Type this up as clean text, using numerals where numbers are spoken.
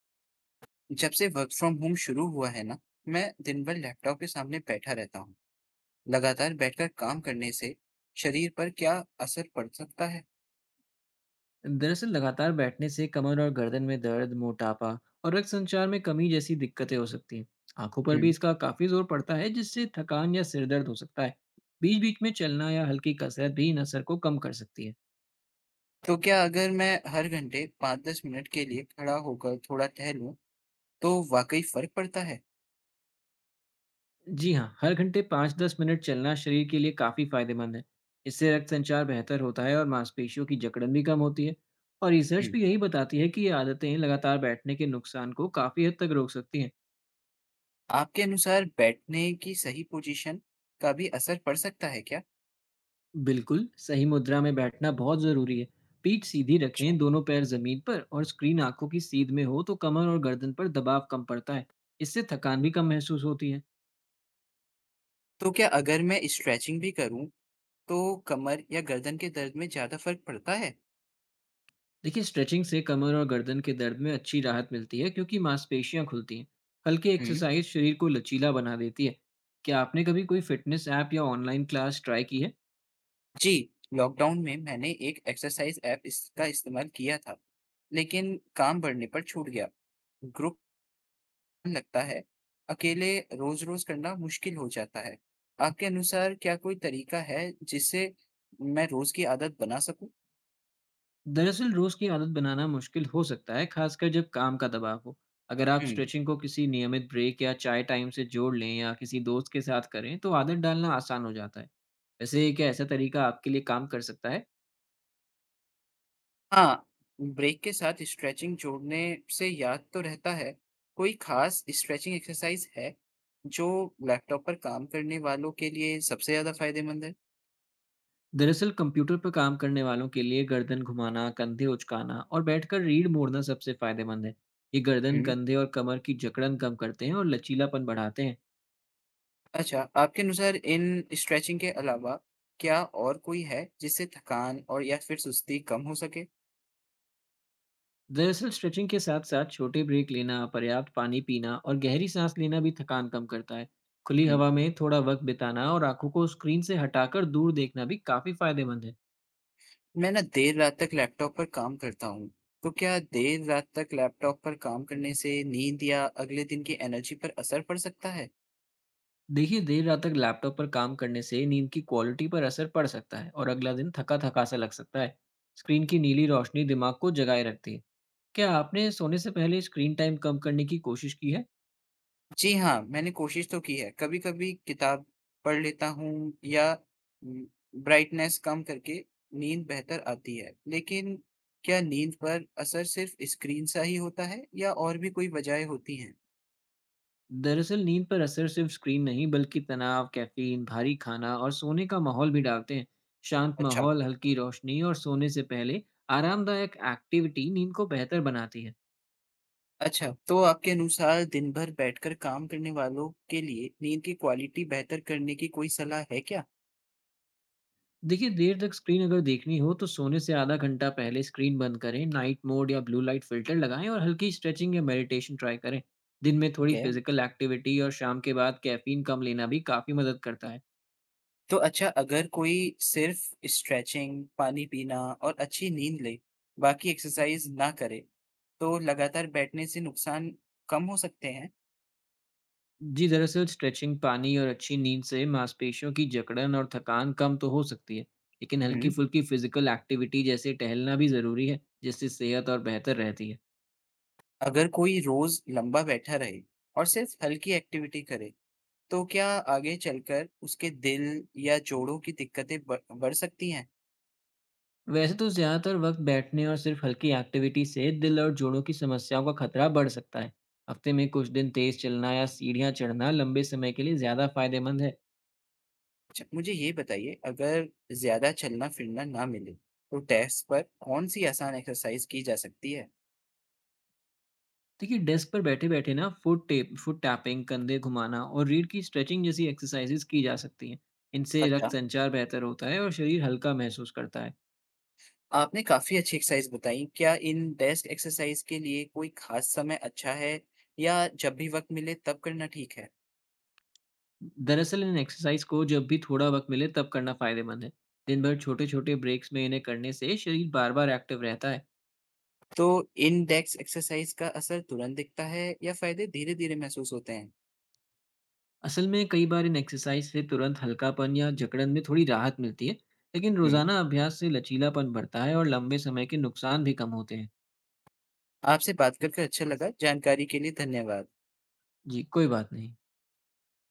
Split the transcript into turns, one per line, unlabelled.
जब से work from home शुरू हुआ है ना, मैं दिन भर लैपटॉप के सामने बैठा रहता हूँ। लगातार बैठकर काम करने से शरीर पर क्या असर पड़ सकता है?
दरअसल लगातार बैठने से कमर और गर्दन में दर्द, मोटापा और रक्त संचार में कमी जैसी दिक्कतें हो सकती हैं। आंखों पर भी
हम्म।
इसका काफी जोर पड़ता है, जिससे थकान या सिर दर्द हो सकता है। बीच-बीच में चलना या हल्की कसरत भी इन असर को कम कर सकती है।
तो क्या अगर मैं हर घंटे 5-10 मिनट के लिए खड़ा होकर थोड़ा टहलूं, तो वाकई फर्क पड़ता है?
जी हाँ, हर घंटे 5-10 मिनट चलना शरीर के लिए काफी फायदेमंद है। इससे रक्त संचार बेहतर होता है और मांसपेशियों की जकड़न भी कम होती है। और रिसर्च
हम्म।
भी यही बताती है कि ये आदतें लगातार बैठने के नुकसान को काफी हद तक रोक सकती हैं।
आपके अनुसार बैठने की सही पोजीशन का भी असर पड़ सकता है क्या?
बिल्कुल सही मुद्रा में बैठना बहुत जरूरी है। पीठ सीधी
अच्छा।
रखें, दोनों पैर जमीन पर और स्क्रीन आंखों की सीध में हो तो कमर और गर्दन पर दबाव कम पड़ता है। इससे थकान भी कम महसूस होती है।
तो क्या अगर मैं स्ट्रेचिंग भी करूं, तो कमर या गर्दन के दर्द में ज्यादा फर्क पड़ता है?
देखिए स्ट्रेचिंग से कमर और गर्दन के दर्द में अच्छी राहत मिलती है, क्योंकि मांसपेशियां खुलती हैं। हल्की एक्सरसाइज शरीर को लचीला बना देती है। क्या आपने कभी कोई फिटनेस ऐप या ऑनलाइन क्लास ट्राई की है?
जी, लॉकडाउन में मैंने एक एक्सरसाइज ऐप इसका इस्तेमाल किया था, लेकिन काम बढ़ने पर छूट गया। ग्रुप लगता है, अकेले रोज-रोज करना मुश्किल हो जाता है। आपके अनुसार क्या कोई तरीका है जिससे मैं रोज की आदत बना सकूं?
दरअसल रोज की आदत बनाना मुश्किल हो सकता है, खासकर जब काम का दबाव हो। अगर आप
हुँ।
स्ट्रेचिंग को किसी नियमित ब्रेक या चाय टाइम से जोड़ लें या किसी दोस्त के साथ करें तो आदत डालना आसान हो जाता है। वैसे क्या ऐसा तरीका आपके लिए काम कर सकता है?
हाँ, ब्रेक के साथ स्ट्रेचिंग जोड़ने से याद तो रहता है। कोई खास स्ट्रेचिंग एक्सरसाइज है जो लैपटॉप पर काम करने वालों के लिए सबसे ज़्यादा फायदेमंद है?
दरअसल कंप्यूटर पर काम करने वालों के लिए गर्दन घुमाना, कंधे उचकाना और बैठकर रीढ़ मोड़ना सबसे फायदेमंद है। ये गर्दन,
हुँ।
कंधे और कमर की जकड़न कम करते हैं और लचीलापन बढ़ाते हैं।
अच्छा, आपके अनुसार इन स्ट्रेचिंग के अलावा क्या और कोई है जिससे थकान और या फिर सुस्ती कम हो सके?
दरअसल स्ट्रेचिंग के साथ साथ छोटे ब्रेक लेना, पर्याप्त पानी पीना और गहरी सांस लेना भी थकान कम करता है। खुली
हुँ।
हवा में थोड़ा वक्त बिताना और आंखों को स्क्रीन से हटाकर दूर देखना भी काफी फायदेमंद है।
मैं ना देर रात तक लैपटॉप पर काम करता हूँ, तो क्या देर रात तक लैपटॉप पर काम करने से नींद या अगले दिन की एनर्जी पर असर पड़ सकता है?
देखिए देर रात तक लैपटॉप पर काम करने से नींद की क्वालिटी पर असर पड़ सकता है और अगला दिन थका थका सा लग सकता है। स्क्रीन की नीली रोशनी दिमाग को जगाए रखती है। क्या आपने सोने से पहले स्क्रीन टाइम कम करने की कोशिश की है?
जी हाँ, मैंने कोशिश तो की है। कभी-कभी किताब पढ़ लेता हूँ या उम, ब्राइटनेस कम करके नींद बेहतर आती है। लेकिन क्या नींद पर असर सिर्फ़ स्क्रीन सा ही होता है या और भी कोई वजहें होती हैं?
दरअसल नींद पर असर सिर्फ स्क्रीन नहीं, बल्कि तनाव, कैफीन, भारी खाना और सोने का माहौल भी डालते हैं। शांत
अच्छा।
माहौल, हल्की रोशनी और सोने से पहले आरामदायक एक्टिविटी नींद को बेहतर बनाती है।
अच्छा। तो आपके अनुसार दिन भर बैठकर काम करने वालों के लिए नींद की क्वालिटी बेहतर करने की कोई सलाह है क्या?
देखिए देर तक स्क्रीन अगर देखनी हो तो सोने से आधा घंटा पहले स्क्रीन बंद करें, नाइट मोड या ब्लू लाइट फिल्टर लगाएं और हल्की स्ट्रेचिंग या मेडिटेशन ट्राई करें। दिन में
ठीक
थोड़ी
है।
फिजिकल एक्टिविटी और शाम के बाद कैफीन कम लेना भी काफ़ी मदद करता है।
तो अच्छा, अगर कोई सिर्फ़ स्ट्रेचिंग, पानी पीना और अच्छी नींद ले, बाकी एक्सरसाइज़ ना करे, तो लगातार बैठने से नुकसान कम हो सकते हैं?
जी, दरअसल स्ट्रेचिंग, पानी और अच्छी नींद से मांसपेशियों की जकड़न और थकान कम तो हो सकती है, लेकिन
हुँ।
हल्की-फुल्की फिजिकल एक्टिविटी जैसे टहलना भी ज़रूरी है, जिससे सेहत और बेहतर रहती है।
अगर कोई रोज़ लंबा बैठा रहे और सिर्फ़ हल्की एक्टिविटी करे, तो क्या आगे चलकर उसके दिल या जोड़ों की दिक्कतें ब बढ़ सकती हैं?
वैसे तो ज़्यादातर वक्त बैठने और सिर्फ हल्की एक्टिविटी से दिल और जोड़ों की समस्याओं का खतरा बढ़ सकता है। हफ्ते में कुछ दिन तेज़ चलना या सीढ़ियाँ चढ़ना लंबे समय के लिए ज़्यादा फायदेमंद है।
अच्छा, मुझे ये बताइए, अगर ज़्यादा चलना-फिरना ना मिले, तो डेस्क पर कौन-सी आसान एक्सरसाइज़ की जा सकती है?
देखिए डेस्क पर बैठे-बैठे ना फुट टैपिंग, कंधे घुमाना और रीढ़ की स्ट्रेचिंग जैसी एक्सरसाइजेज की जा सकती हैं। इनसे
अच्छा,
रक्त संचार बेहतर होता है और शरीर हल्का महसूस करता है।
आपने काफ़ी अच्छी एक्सरसाइज़ बताई। क्या इन डेस्क एक्सरसाइज़ के लिए कोई ख़ास समय अच्छा है या जब भी वक़्त मिले तब करना ठीक है?
दरअसल इन एक्सरसाइज को जब भी थोड़ा वक्त मिले तब करना फायदेमंद है। दिन भर छोटे-छोटे ब्रेक्स में इन्हें करने से शरीर बार-बार एक्टिव रहता है।
तो इन डेस्क एक्सरसाइज़ का असर तुरंत दिखता है या फ़ायदे धीरे-धीरे महसूस होते हैं?
असल में कई बार इन एक्सरसाइज से तुरंत हल्कापन या जकड़न में थोड़ी राहत मिलती है, लेकिन
हम्म।
रोजाना अभ्यास से लचीलापन बढ़ता है और लंबे समय के नुकसान भी कम होते हैं।
आपसे बात करके अच्छा लगा, जानकारी के लिए धन्यवाद।
जी, कोई बात नहीं।